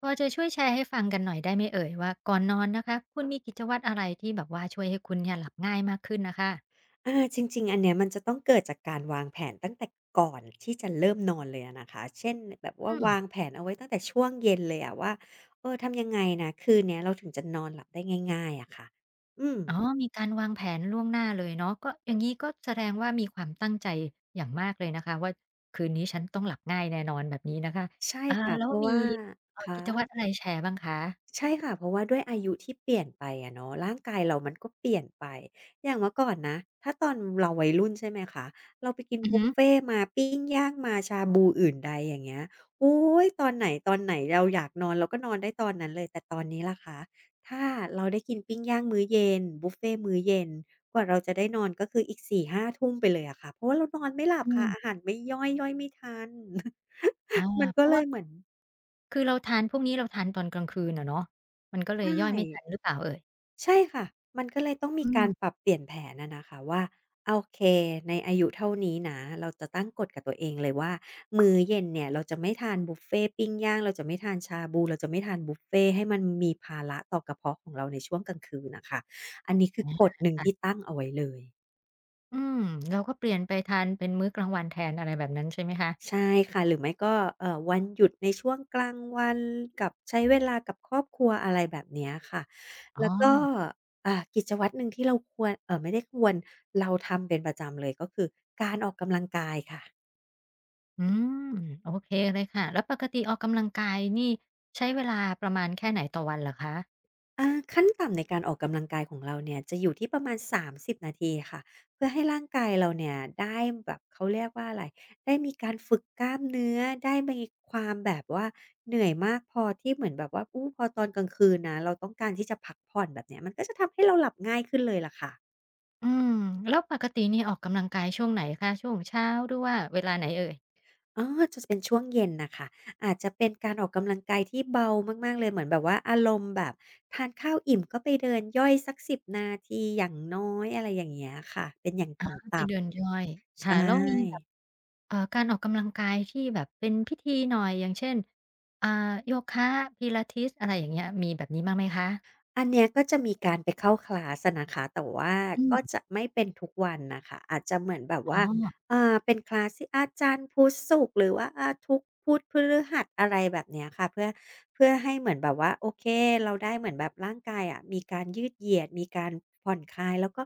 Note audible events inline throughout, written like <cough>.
พอจะช่วยแชร์ให้ฟังกันหน่อยได้ไหมเอ่ยว่าก่อนนอนนะคะคุณมีกิจวัตรอะไรที่แบบว่าช่วยให้คุณเนี่ยหลับง่ายมากขึ้นน่ะค่ะอาจริงๆ อันเนี้ยมันจะต้องเกิดจากการวางแผนตั้งแต่ก่อนที่จะเริ่มนอนเลยอะนะคะ เช่นแบบว่าอืมวางแผนเอาไว้ตั้งแต่ช่วงเย็นเลยอะว่า เออทำยังไงนะคืนเนี้ยเราถึงจะนอนหลับได้ง่ายๆอะค่ะอืมอ๋อมีการวางแผนล่วงหน้าเลยเนาะก็อย่างงี้ก็แสดงว่ามีความตั้งใจอย่างมากเลยนะคะว่าคืนนี้ฉันต้องหลับง่ายแน่นอนแบบนี้นะคะใช่อ่าค่ะแล้เพวราะมีว่าคะ กิจวัตรอะไรแชร์บ้างคะใช่ค่ะเพราะว่าด้วยอายุที่เปลี่ยนไปอะเนาะร่างกายเรามันก็เปลี่ยนไปอย่างเมื่อก่อนนะถ้าตอนเราวัยรุ่นใช่ไหมคะเราไปกินอือบุฟฮึเฟต์มาปิ้งย่างมาชาบูอื่นใดอย่างเงี้ยโอ๊ยตอนไหนตอนไหนเราอยากนอนเราก็นอนได้ตอนนั้นเลยแต่ตอนนี้ล่ะคะถ้าเราได้กินปิ้งย่างมื้อเย็นบุฟเฟต์มื้อเย็นกว่าเราจะได้นอนก็คืออีกสี่ห้าทุ่มไปเลยอะค่ะเพราะว่าเรานอนไม่หลับอืค่ะมอาหารไม่ย่อยไม่ทัน อา <laughs> มันเพก็ราะเลยว่าเหมือนคือเราทานพวกนี้เราทานตอนกลางคืนอะเนาะมันก็เลยใช่ ย่อยไม่ทันหรือเปล่าเอ่ยใช่ค่ะมันก็เลยต้องมีอืการปมรับเปลี่ยนแผนนะคะว่าโอเคในอายุเท่านี้นะเราจะตั้งกฎกับตัวเองเลยว่ามื้อเย็นเนี่ยเราจะไม่ทานบุฟเฟต์ปิ้งย่างเราจะไม่ทานชาบูเราจะไม่ทานบุฟเฟต์ให้มันมีภาระต่อกระเพาะของเราในช่วงกลางคืนน่ะค่ะอันนี้คืออากฎหนึ่งที่ค่ะ ตั้งเอาไว้เลย อืมเราก็เปลี่ยนไปทานเป็นมื้อกลางวันแทนอะไรแบบนั้นใช่ไหมคะใช่ค่ะหรือไม่ก็วันหยุดในช่วงกลางวันกับใช้เวลากับครอบครัวอะไรแบบเนี้ยค่ะอ๋อแล้วก็กิจวัตรหนึ่งที่เราควรไม่ได้ควรเราทำเป็นประจำเลยก็คือการออกกำลังกายค่ะ อืมโอเคเลยค่ะแล้วปกติออกกำลังกายนี่ใช้เวลาประมาณแค่ไหนต่อวันเหรอคะอาขั้นต่ำในการออกกำลังกายของเราเนี่ยจะอยู่ที่ประมาณ30นาทีค่ะเพื่อให้ร่างกายเราเนี่ยได้แบบเขาเรียกว่าอะไรได้มีการฝึกกล้ามเนื้อได้มีความแบบว่าเหนื่อยมากพอที่เหมือนแบบว่าอู้พอตอนกลางคืนนะเราต้องการที่จะพักผ่อนแบบเนี้ยมันก็จะทำให้เราหลับง่ายขึ้นเลยล่ะค่ะอืมแล้วปกตินี่ออกกำลังกายช่วงไหนคะช่วงเช้าหรือว่าเวลาไหนเอ่ยจะเป็นช่วงเย็นนะคะอาจจะเป็นการออกกำลังกายที่เบามากๆเลยเหมือนแบบว่าอารมณ์แบบทานข้าวอิ่มก็ไปเดินย่อยสัก10นาทีอย่างน้อยอะไรอย่างเงี้ยค่ะเป็นอย่างก็ตไปเดิ่ำนๆ ย่อยค่ะใช่ แล้วมีแบบการออกกำลังกายที่แบบเป็นพิธีหน่อยอย่างเช่นอ่าโยคะ Pilates อะไรอย่างเงี้ยมีแบบนี้บ้างไหมคะอันเนี้ยก็จะมีการไปเข้าคลาสอะนะคะแต่ว่าอืก็มจะไม่เป็นทุกวันน่ะค่ะอาจจะเหมือนแบบอ๋ว่าอเป็นคลาสที่อาจารย์พุธศุกร์หรือว่าทุกพุธพฤหัสอะไรแบบเนี้ยค่ะเพื่อให้เหมือนแบบว่าโอเคเราได้เหมือนแบบร่างกายอะมีการยืดเหยียดมีการผ่อนคลายแล้วก็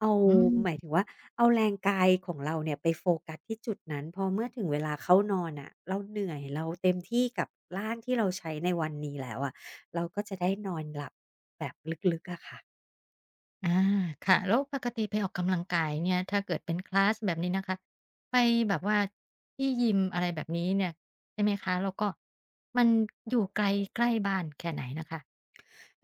เอาอืม หมายถึงว่าเอาแรงกายของเราเนี่ยไปโฟกัสที่จุดนั้นพอเมื่อถึงเวลาเข้านอนน่ะเราเหนื่อยเราเต็มที่กับร่างที่เราใช้ในวันนี้แล้วอะ เราก็จะได้นอนหลับแบบลึกๆอะค่ะ อาค่ะแล้วปกติไปออกกำลังกายเนี่ยถ้าเกิดเป็นคลาสแบบนี้นะคะไปแบบว่าที่ยิมอะไรแบบนี้เนี่ยใช่ไหมคะแล้วก็มันอยู่ไกลใกล้บ้านแค่ไหนน่ะคะ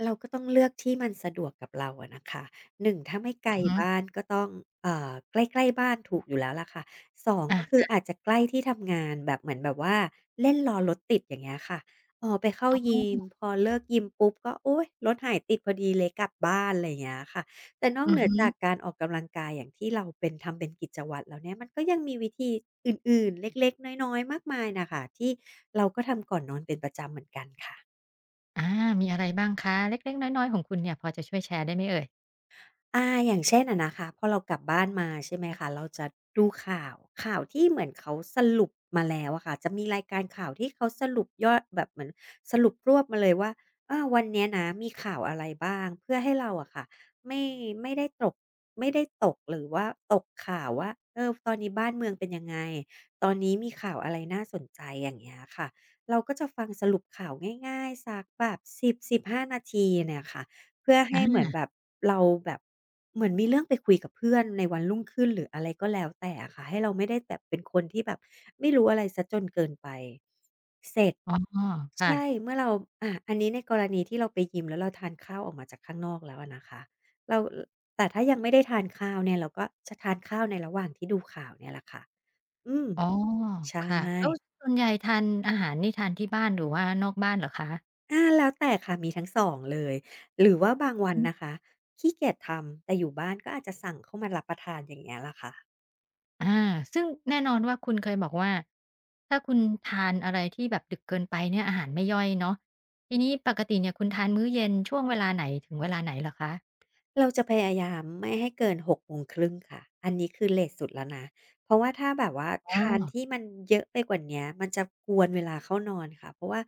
เราก็ต้องเลือกที่มันสะดวกกับเราอะนะคะหนึ่งถ้าไม่ไกลอะฮบ้านก็ต้องใกล้ๆบ้านถูกอยู่แล้วล่ะค่ะสองอา่ะก็คืออาจจะใกล้ที่ทำงานแบบเหมือนแบบว่าเล่นรอรถติดอย่างเงี้ยค่ะไปเข้าอยิกมพอเลิกยิมปุ๊บก็โอ๊ยรถหายติดพอดีเลยกลับบ้านอะไรอย่างเงี้ยค่ะแต่นอกอืเหอนือฮึจากการออกกำลังกายอย่างที่เราเป็นทำเป็นกิจวัตรแล้วเนี่ยมันก็ยังมีวิธีอื่นๆเล็กๆน้อยๆมากมายน่ะค่ะที่เราก็ทำก่อนนอนเป็นประจำเหมือนกันค่ะ อามีอะไรบ้างคะเล็กๆน้อยๆของคุณเนี่ยพอจะช่วยแชร์ได้ไหมเอ่ยอย่างเช่นอะนะคะพอเรากลับบ้านมาใช่ไหมคะเราจะดูข่าวข่าวที่เหมือนเขาสรุปมาแล้วอะค่ะจะมีรายการข่าวที่เขาสรุปยอดแบบเหมือนสรุปรวบมาเลยว่าวันเนี้ยนะมีข่าวอะไรบ้างเพื่อให้เราอะค่ะไม่ไม่ได้ตรกไม่ได้ตกหรือว่าตกข่าวว่าเออตอนนี้บ้านเมืองเป็นยังไงตอนนี้มีข่าวอะไรน่าสนใจอย่างเงี้ยค่ะเราก็จะฟังสรุปข่าวง่ายๆสักแบบ10-15นาทีเนี่ยค่ะ เพื่อให้อาเหมือนแบบเราแบบเหมือนมีเรื่องไปคุยกับเพื่อนในวันรุ่งขึ้นหรืออะไรก็แล้วแต่อะค่ะให้เราไม่ได้แบบเป็นคนที่แบบไม่รู้อะไรเสียจนเกินไปเสร็จอ๋อค่ะใช่เมื่อเราอันนี้ในกรณีที่เราไปยิมแล้วเราทานข้าวออกมาจากข้างนอกแล้วอะนะคะเราแต่ถ้ายังไม่ได้ทานข้าวเนี่ยเราก็จะทานข้าวในระหว่างที่ดูข่าวเนี่ยแหละค่ะอืมอ๋อใชค่ะ่ แล้วส่วนใหญ่ทานอาหารนี่ทานที่บ้านหรือว่านอกบ้านเหรอคะอาแล้วแต่ค่ะมีทั้งสองเลยหรือว่าบางวันอืนะม คะขี้เกียจทำแต่อยู่บ้านก็อาจจะสั่งเข้ามารับประทานอย่างเงี้ยล่ะค่ะ อาซึ่งแน่นอนว่าคุณเคยบอกว่าถ้าคุณทานอะไรที่แบบดึกเกินไปเนี่ยอาหารไม่ย่อยเนาะทีนี้ปกติเนี่ยคุณทานมื้อเย็นช่วงเวลาไหนถึงเวลาไหนเหรอคะเราจะพยายามไม่ให้เกินห1 8 3งครึ่งค่ะอันนี้คือเลตสุดแล้วนะเพราะว่าถ้าแบบว่าอ๋อทานที่เยอะไปกว่าเนี้ยมันจะกวนเวลาเข้านอนค่ะเพราะว่า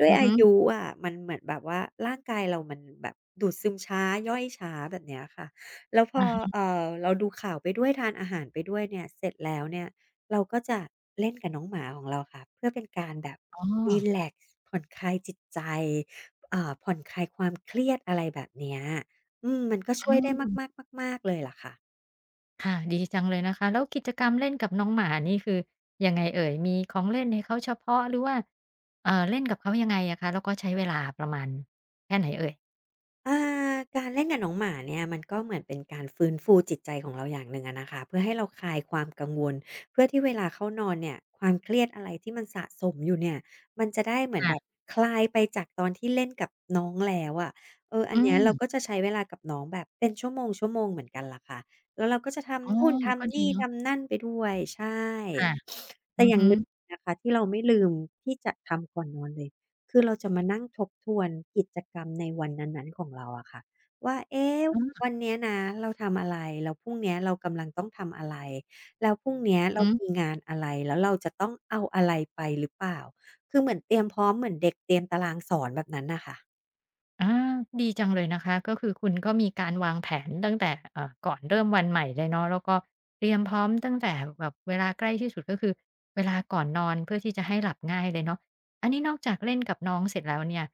ด้วยอืออาฮึยุอะมันเหมือนแบบว่าร่างกายเรามันแบบดูดซึมช้าย่อยช้าแบบเนี้ยค่ะแล้วพออะฮะเราดูข่าวไปด้วยทานอาหารไปด้วยเนี่ยเสร็จแล้วเนี่ยเราก็จะเล่นกับน้องหมาของเราค่ะเพื่อเป็นการแบบอ๋อรีแลกซ์ผ่อนคลายจิตใจผ่อนคลายความเครียดอะไรแบบเนี้ย อืมมันก็ช่อืวยได้มมากๆมากๆเลยล่ะค่ะค่ะดีจังเลยนะคะแล้วกิจกรรมเล่นกับน้องหมานี่คือยังไงเอ่ยมีของเล่นให้เขาเฉพาะหรือว่าเล่นกับเขายังไงอะคะแล้วก็ใช้เวลาประมาณแค่ไหนเอ่ยอาการเล่นกับน้องหมาเนี่ยมันก็เหมือนเป็นการฟื้นฟูจิตใจของเราอย่างหนึ่งอะนะคะเพื่อให้เราคลายความกังวลเพื่อที่เวลาเข้านอนเนี่ยความเครียดอะไรที่มันสะสมอยู่เนี่ยมันจะได้เหมือนแบบค่ะคลายไปจากตอนที่เล่นกับน้องแล้วอะเอออัอืนเนี้ยมเราก็จะใช้เวลากับน้องแบบเป็นชั่วโมงๆเหมือนกันล่ะค่ะแล้วเราก็จะอ๋อทำนู่นก็ทำดีนี่เนาะทำนั่นไปด้วยใช่ ค่ะแต่อืออย่างฮึหนึ่งนะคะที่เราไม่ลืมที่จะทำก่อนนอนเลยคือเราจะมานั่งทบทวนกิจกรรมในวันนั้นๆของเราอะค่ะว่าเอ๊ะอืมวันเนี้ยนะเราทำอะไรแล้วพรุ่งเนี้ยเรากำลังต้องทำอะไรแล้วพรุ่งเนี้ยเราอืมีม งานอะไรแล้วเราจะต้องเอาอะไรไปหรือเปล่าคือเหมือนเตรียมพร้อมเหมือนเด็กเตรียมตารางสอนแบบนั้นน่ะค่ะ อาดีจังเลยนะคะก็คือคุณก็มีการวางแผนตั้งแต่ก่อนเริ่มวันใหม่เลยเนาะแล้วก็เตรียมพร้อมตั้งแต่แบบเวลาใกล้ที่สุดก็คือเวลาก่อนนอนเพื่อที่จะให้หลับง่ายเลยเนาะอันนี้นอกจากเล่นกับน้องเสร็จแล้วเนี่ย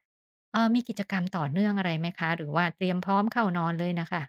มีกิจกรรมต่อเนื่องอะไรไหมคะ หรือว่าเตรียมพร้อมเข้านอนเลยนะคะ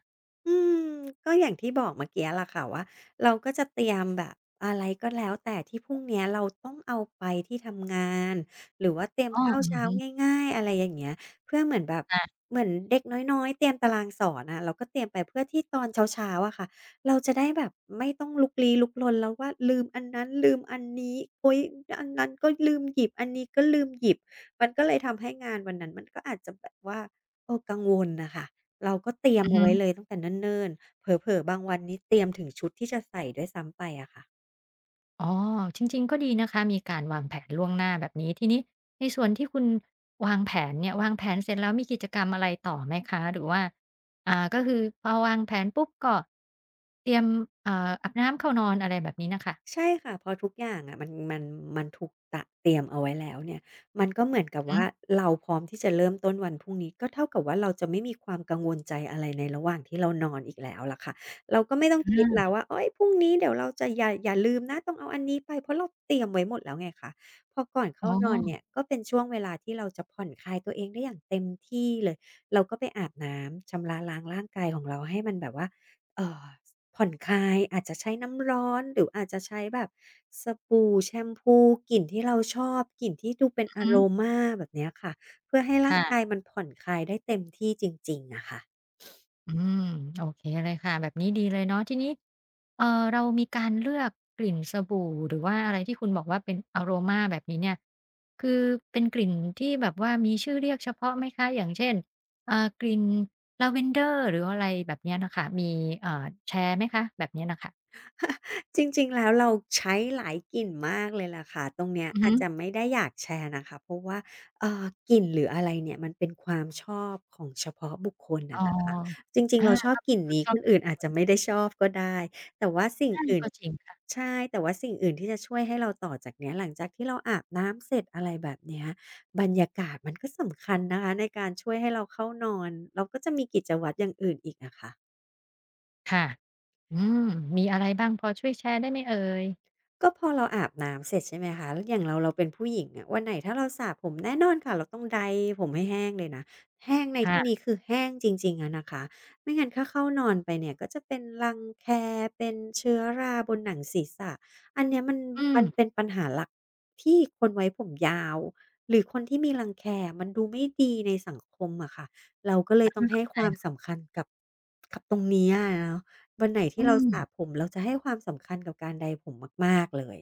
อืมก็อย่างที่บอกเมื่อกี้ล่ะค่ะว่าเราก็จะเตรียมแบบอะไรก็แล้วแต่ที่พรุ่งเนี้ยเราต้องเอาไปที่ทำงานหรือว่าเตรียมอ๋อข้าวอือเช้าฮึง่ายๆอะไรอย่างเงี้ยเพื่อเหมือนแบบอ่ะเหมือนเด็กน้อยๆเตรียมตารางสอนอะเราก็เตรียมไปเพื่อที่ตอนเช้าๆอะค่ะเราจะได้แบบไม่ต้องลุกลี้ลุกลนแล้วว่าลืมอันนั้นลืมอันนี้อุ๊ยอันนั้นก็ลืมหยิบอันนี้ก็ลืมหยิบมันก็เลยทำให้งานวันนั้นมันก็อาจจะแบบว่าเออกังวลน่ะค่ะ เราก็เตรียมเอาไว้เลอื ยตั้งแต่เนิ่นๆเผลอๆบางวันนี้เตรียมถึงชุดที่จะใส่ด้วยซ้ำไปอะค่ะ อ๋อ จริงๆ ก็ดีนะคะ มีการวางแผนล่วงหน้าแบบนี้ ทีนี้ในส่วนที่คุณวางแผนเนี่ยวางแผนเสร็จแล้วมีกิจกรรมอะไรต่อไหมคะ หรือว่าอ่าก็คือพอวางแผนปุ๊บก็เตรียมเอ่ออาบน้ำเข้านอนอะไรแบบนี้น่ะค่ะใช่ค่ะพอทุกอย่างอะมันมันถูกตระเตรียมเอาไว้แล้วเนี่ยมันก็เหมือนกับอือฮึว่าเราพร้อมที่จะเริ่มต้นวันพรุ่งนี้ก็เท่ากับว่าเราจะไม่มีความกังวลใจอะไรในระหว่างที่เรานอนอีกแล้วล่ะค่ะเราก็ไม่ต้องอคิดแล้าวว่าโอ๊ยพรุ่งนี้เดี๋ยวเราจะอย่าลืมนะต้องเอาอันนี้ไปเพราะเราเตรียมไว้หมดแล้วไงคะพอก่อนอ๋เข้าอนอนเนี่ยก็เป็นช่วงเวลาที่เราจะผ่อนคลายตัวเองได้อย่างเต็มที่เลยเราก็ไปอาบน้ำชำระล้างร่างกายของเราให้มันแบบว่าเอ่อ ผ่อนคลายอาจจะใช้น้ำร้อนหรืออาจจะใช้แบบสบู่แชมพูกลิ่นที่เราชอบกลิ่นที่ดูเป็นอะอือฮึโรมาแบบเนี้ยค่ะเพื่อให้ร่างกายค่ะ มันผ่อนคลายได้เต็มที่จริงๆอะค่ะ อืมโอเคเลยค่ะแบบนี้ดีเลยเนาะทีนี้เอ่อเรามีการเลือกกลิ่นสบู่หรือว่าอะไรที่คุณบอกว่าเป็นอะโรมาแบบนี้เนี่ยคือเป็นกลิ่นที่แบบว่ามีชื่อเรียกเฉพาะไหมคะอย่างเช่นเอ่อกลิ่นลาเวนเดอร์หรืออะไรแบบเนี้ยน่ะค่ะมีเอ่อแชร์ไหมคะแบบเนี้ยน่ะค่ะจริงๆแล้วเราใช้หลายกลิ่นมากเลยล่ะค่ะตรงเนี้ยอืออาฮึจจะไม่ได้อยากแชร์นะคะเพราะว่าเอ่อกลิ่นหรืออะไรเนี่ยมันเป็นความชอบของเฉพาะบุคคลอ๋อะอนะคะจริงๆอาเราชอบก็กเป็นลิ่นความนี้ชคอบนส่วนอื่นบุคอาคจลจะไม่ได้เนาะชอบก็ได้แต่ว่าสิ่งอาอื่นก็จริงค่ะใช่แต่ว่าสิ่งอื่นที่จะช่วยให้เราต่อจากเนี้ยหลังจากที่เราอาบน้ำเสร็จอะไรแบบเนี้ยบรรยากาศมันก็สำคัญนะคะในการช่วยให้เราเข้านอนเราก็จะมีกิจวัตรอย่างอื่นอีกอะค่ะ ค่ะอืมมีอะไรบ้างพอช่วยแชร์ได้ไหมเอ่ยก็พอเราอาบน้ำเสร็จใช่ไหมคะอย่างเราเป็นผู้หญิงอะวันไหนถ้าเราสระผมแน่นอนค่ะเราต้องไดร์ผมให้แห้งเลยนะ แห้งในที่นี้ค่ะคือแห้งจริงๆอะนะคะไม่งั้นถ้าเข้านอนไปเนี่ยก็จะเป็นรังแคเป็นเชื้อราบนหนังศีรษะอันเนี้ยมันอืมัมนเป็นปัญหาหลักที่คนไว้ผมยาวหรือคนที่มีรังแคมันดูไม่ดีในสังคมอะค่ะเราก็เลยต้องให้คใช่วามค่ะสำคัญกับกับตรงเนี้ยอะเนาะ วันไหนอืที่เรามสระผมเราจะให้ความสำคัญกับการไดร์ผมมากๆเลย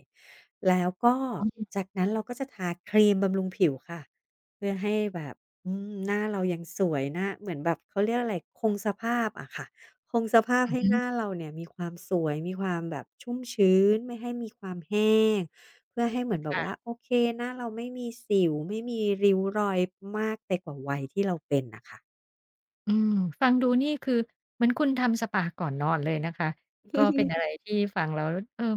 แล้วก็อ๋อจากนั้นเราก็จะทาครีมบำรุงผิวค่ะเพื่อให้แบบอืมหน้าเรายังสวยหน้าเหมือนแบบเขาเรียกอะไรคงสภาพอะค่ะคงสภาพอือให้ฮึหน้าเราเนี่ยมีความสวยมีความแบบชุ่มชื้นไม่ให้มีความแห้งเพื่อให้เหมือนแบบว่าค่ะ โอเคหน้าเราไม่มีสิวไม่มีริ้วรอยมากไปกว่าวัยที่เราเป็นน่ะค่ะ อืมฟังดูนี่คือเหมือนคุณทำสปาก่อนนอนเลยนะคะก็เป็นอะไรที่ฟังแล้วเอ่อ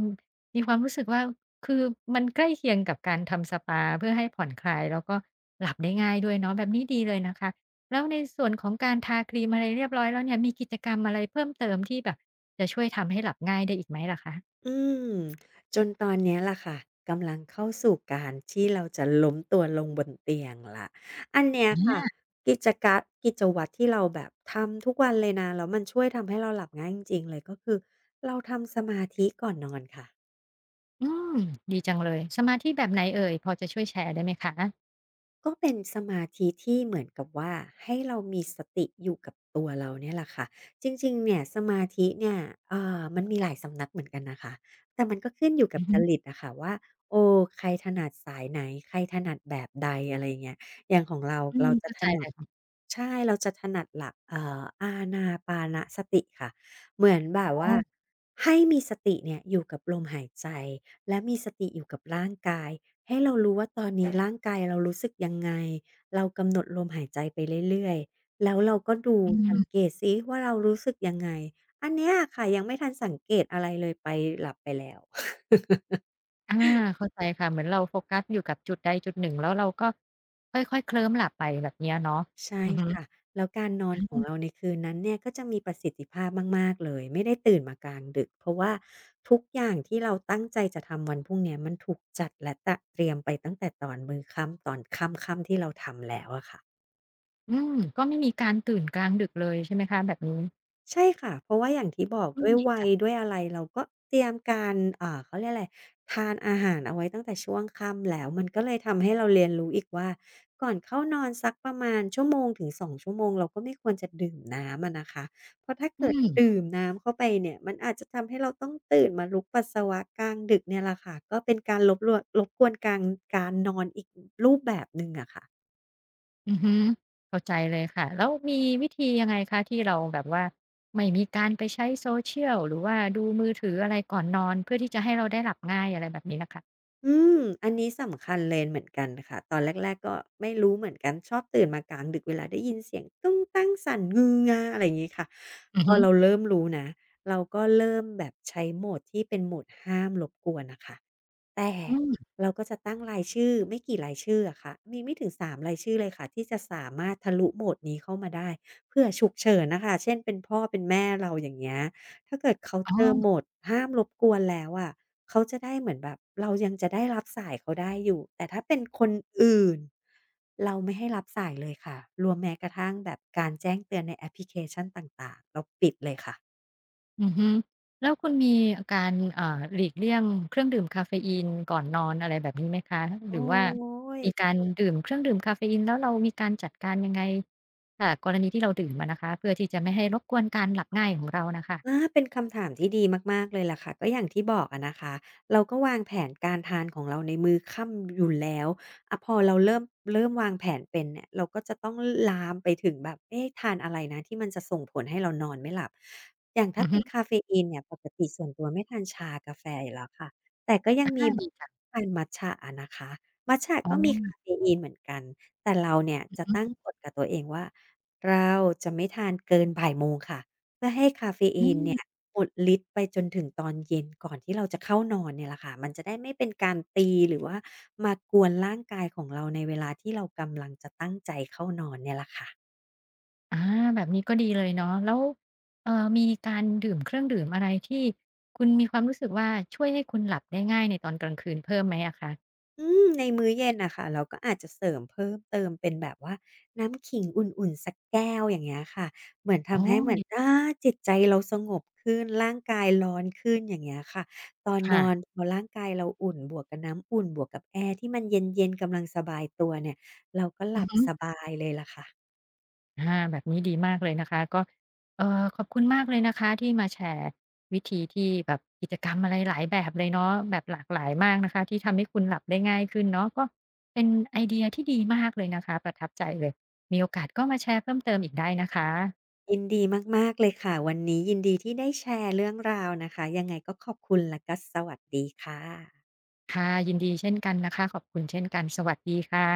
มีความรู้สึกว่าคือมันใกล้เคียงกับการทำสปาเพื่อให้ผ่อนคลายแล้วก็หลับได้ง่ายด้วยเนาะแบบนี้ดีเลยนะคะแล้วในส่วนของการทาครีมอะไรเรียบร้อยแล้วเนี่ยมีกิจกรรมอะไรเพิ่มเติมที่แบบจะช่วยทำให้หลับง่ายได้อีกไหมล่ะคะอืมจนตอนเนี้ยล่ะค่ะกำลังเข้าสู่การที่เราจะล้มตัวลงบนเตียงละอันเนี้ยค่ะอากิจกะกิจวัตรที่เราแบบทำทุกวันเลยนะแล้วมันช่วยทำให้เราหลับง่ายจริงๆเลยก็คือเราทำสมาธิก่อนนอนค่ะ อืมดีจังเลยสมาธิแบบไหนเอ่ยพอจะช่วยแชร์ได้ไหมคะก็เป็นสมาธิที่เหมือนกับว่าให้เรามีสติอยู่กับตัวเราเนี่ยแหละค่ะจริงๆเนี่ยสมาธิเนี่ยมันมีหลายสำนักเหมือนกันนะคะแต่มันก็ขึ้นอยู่กับอือจฮึริตอะค่ะว่าโอ้ใครถนัดสายไหนใครถนัดแบบใดอะไรอย่างเงี้ยอย่างของเราอืมเราจะเข้าถใจนัเลด ยใช่เราจะถนัดหลักอานาปานสติค่ะเหมือนแบบอ๋ว่าอให้มีสติเนี่ยอยู่กับลมหายใจและมีสติอยู่กับร่างกายให้เรารู้ว่าตอนนี้ร่างกายเรารู้สึกยังไงเรากำหนดลมหายใจไปเรื่อยๆแล้วเราก็ดูอืสังม เกตซิว่าเรารู้สึกยังไงอันเนี้ยอะค่ะยังไม่ทันสังเกตอะไรเลยไปหลับไปแล้ว อาเข้าใจค่ะเหมือนเราโฟกัสอยู่กับจุดใดจุดหนึ่งแล้วเราก็ค่อยๆเคลิ้มหลับไปแบบเนี้ยเนาะใช่อือฮึค่ะแล้วการนอนของอาเราในคืนนั้นเนี่ยก็จะมีประสิทธิภาพมากๆเลยไม่ได้ตื่นมากลางดึกเพราะว่าทุกอย่างที่เราตั้งใจจะทำวันพรุ่งเนี้ยมันถูกจัดและตะเตรียมไปตั้งแต่ตอนมื้อค่ำตอนค่ำๆที่เราทำแล้วอะค่ะ อืมก็ไม่มีการตื่นกลางดึกเลยใช่ไหมคะแบบนี้ใช่ค่ะเพราะว่าอย่างที่บอกอืด้มวยดีวัยจังด้วยอะไรเราก็เตรียมการอ่าเขาเรียกอะไรทานอาหารเอาไว้ตั้งแต่ช่วงค่ำแล้วมันก็เลยทำให้เราเรียนรู้อีกว่าก่อนเข้านอนสักประมาณชั่วโมงถึง2 ชั่วโมงเราก็ไม่ควรจะดื่มน้ำอะนะคะเพราะถ้าอืเกิดมดื่มน้ำเข้าไปเนี่ยมันอาจจะทำให้เราต้องตื่นมาลุกปัสสาวะกลางดึกเนี่ยแหละค่ะก็เป็นการรบรวนรบกวนการนอนอีกรูปแบบหนึ่งอะค่ะ อือฮึเข้าใจเลยค่ะแล้วมีวิธียังไงคะที่เราแบบว่าไม่มีการไปใช้ Social หรือว่าดูมือถืออะไรก่อนนอนเพื่อที่จะให้เราได้หลับง่ายอะไรแบบนี้น่ะค่ะอืมอันนี้สำคัญเลยเหมือนกันค่ะตอนแรกๆก็ไม่รู้เหมือนกัน ชอบตื่นมากลางดึกเวลาได้ยินเสียงตุ้งตั้งสั่นงืองาอะไรอย่างงี้ค่ะอืพออฮึเราเริ่มรู้นะ เราก็เริ่มแบบใช้โหมดที่เป็นโหมดห้ามรบกวนน่ะค่ะ แต่อืมเราก็จะตั้งรายชื่อไม่กี่รายชื่ออะค่ะมีไม่ถึง3 รายชื่อเลยค่ะที่จะสามารถทะลุโหมดนี้เข้ามาได้เผื่อฉุกเฉินน่ะค่ะเช่นเป็นพ่อเป็นแม่เราอย่างเงี้ยถ้าเกิดเขาอ๋อ เจอโหมดห้ามรบกวนแล้วอะเขาจะได้เหมือนแบบเรายังจะได้รับสายเขาได้อยู่แต่ถ้าเป็นคนอื่นเราไม่ให้รับสายเลยค่ะรวมแม้กระทั่งแบบการแจ้งเตือนในแอปพลิเคชันต่างๆเราปิดเลยค่ะอือฮึแล้วคุณมีการหลีกเลี่ยงเครื่องดื่มกาเฟอีนก่อนนอนอะไรแบบนี้ไหมคะหรืโอ๊อว่าย มีการดื่มเครื่องดื่มกาเฟอีนแล้วเรามีการจัดการยังไงอ่ากรณีที่เราดื่มอะนะคะเพื่อที่จะไม่ให้รบกวนการหลับง่ายของเราน่ะค่ะอาเป็นคำถามที่ดีมากๆเลยล่ะค่ะก็อย่างที่บอกอะนะคะเราก็วางแผนการทานของเราในมื้อค่ำอยู่แล้วอะพอเราเริ่มวางแผนเป็นเนี่ยเราก็จะต้องลามไปถึงแบบเอ๊ะทานอะไรนะที่มันจะส่งผลให้เรานอนไม่หลับอย่างอืถ้าอเป็ฮึนกาเฟอีนเนี่ยปกติส่วนตัวไม่ทานชากาแฟอยู่แล้วค่ะแต่ก็ยังมีอาบดีจังทานมัตจะอะนะคะมัตจะอ๋อก็มีกาเฟอีนเหมือนกันแต่เราเนี่ยอือจะตั้งฮึกฎกับตัวเองว่าเราจะไม่ทานเกินบ่ายโมงค่ะ เพื่อให้คาเฟอือีนมเนี่ยหมดฤทธิ์ไปจนถึงตอนเย็นก่อนที่เราจะเข้านอนเนี่ยแหละค่ะมันจะได้ไม่เป็นการตีหรือว่ามากวนร่างกายของเราในเวลาที่เรากำลังจะตั้งใจเข้านอนเนี่ยแหละค่ะ อาแบบนี้ก็ดีเลยเนาะแล้วเอ่อมีการดื่มเครื่องดื่มอะไรที่คุณมีความรู้สึกว่าช่วยให้คุณหลับได้ง่ายในตอนกลางคืนเพิ่มไหมอะคะอืมในมื้อเย็นน่ะค่ะเราก็อาจจะเสริมเพิ่มเติมเป็นแบบว่าน้ำขิงอุ่นๆสักแก้วอย่างเงี้ยค่ะเหมือนอ๋อทำให้เหมือนดีอาจิตใจเราสงบขึ้นร่างกายร้อนขึ้นอย่างเงี้ยค่ะตอนนอนค่ะพอร่างกายเราอุ่นบวกกับน้ำอุ่นบวกกับแอร์ที่มันเย็นๆกำลังสบายตัวเนี่ยเราก็หอืลัอบฮึ สบายเลยล่ะค่ะอาแบบนี้ดีมากเลยนะคะก็ขอบคุณมากเลยนะคะที่มาแชร์วิธีที่แบบกิจกรรมอะไรหลายแบบเลยเนาะแบบหลากหลายมากนะคะที่ทำให้คุณหลับได้ง่ายขึ้นเนาะก็เป็นไอเดียที่ดีมากเลยนะคะประทับใจเลยมีโอกาสก็มาแชร์เพิ่มเติมอีกได้นะคะยินดีมากๆเลยค่ะวันนี้ยินดีที่ได้แชร์เรื่องราวนะคะยังไงก็ขอบคุณและก็สวัสดีค่ะค่ะยินดีเช่นกันนะคะขอบคุณเช่นกันสวัสดีค่ะ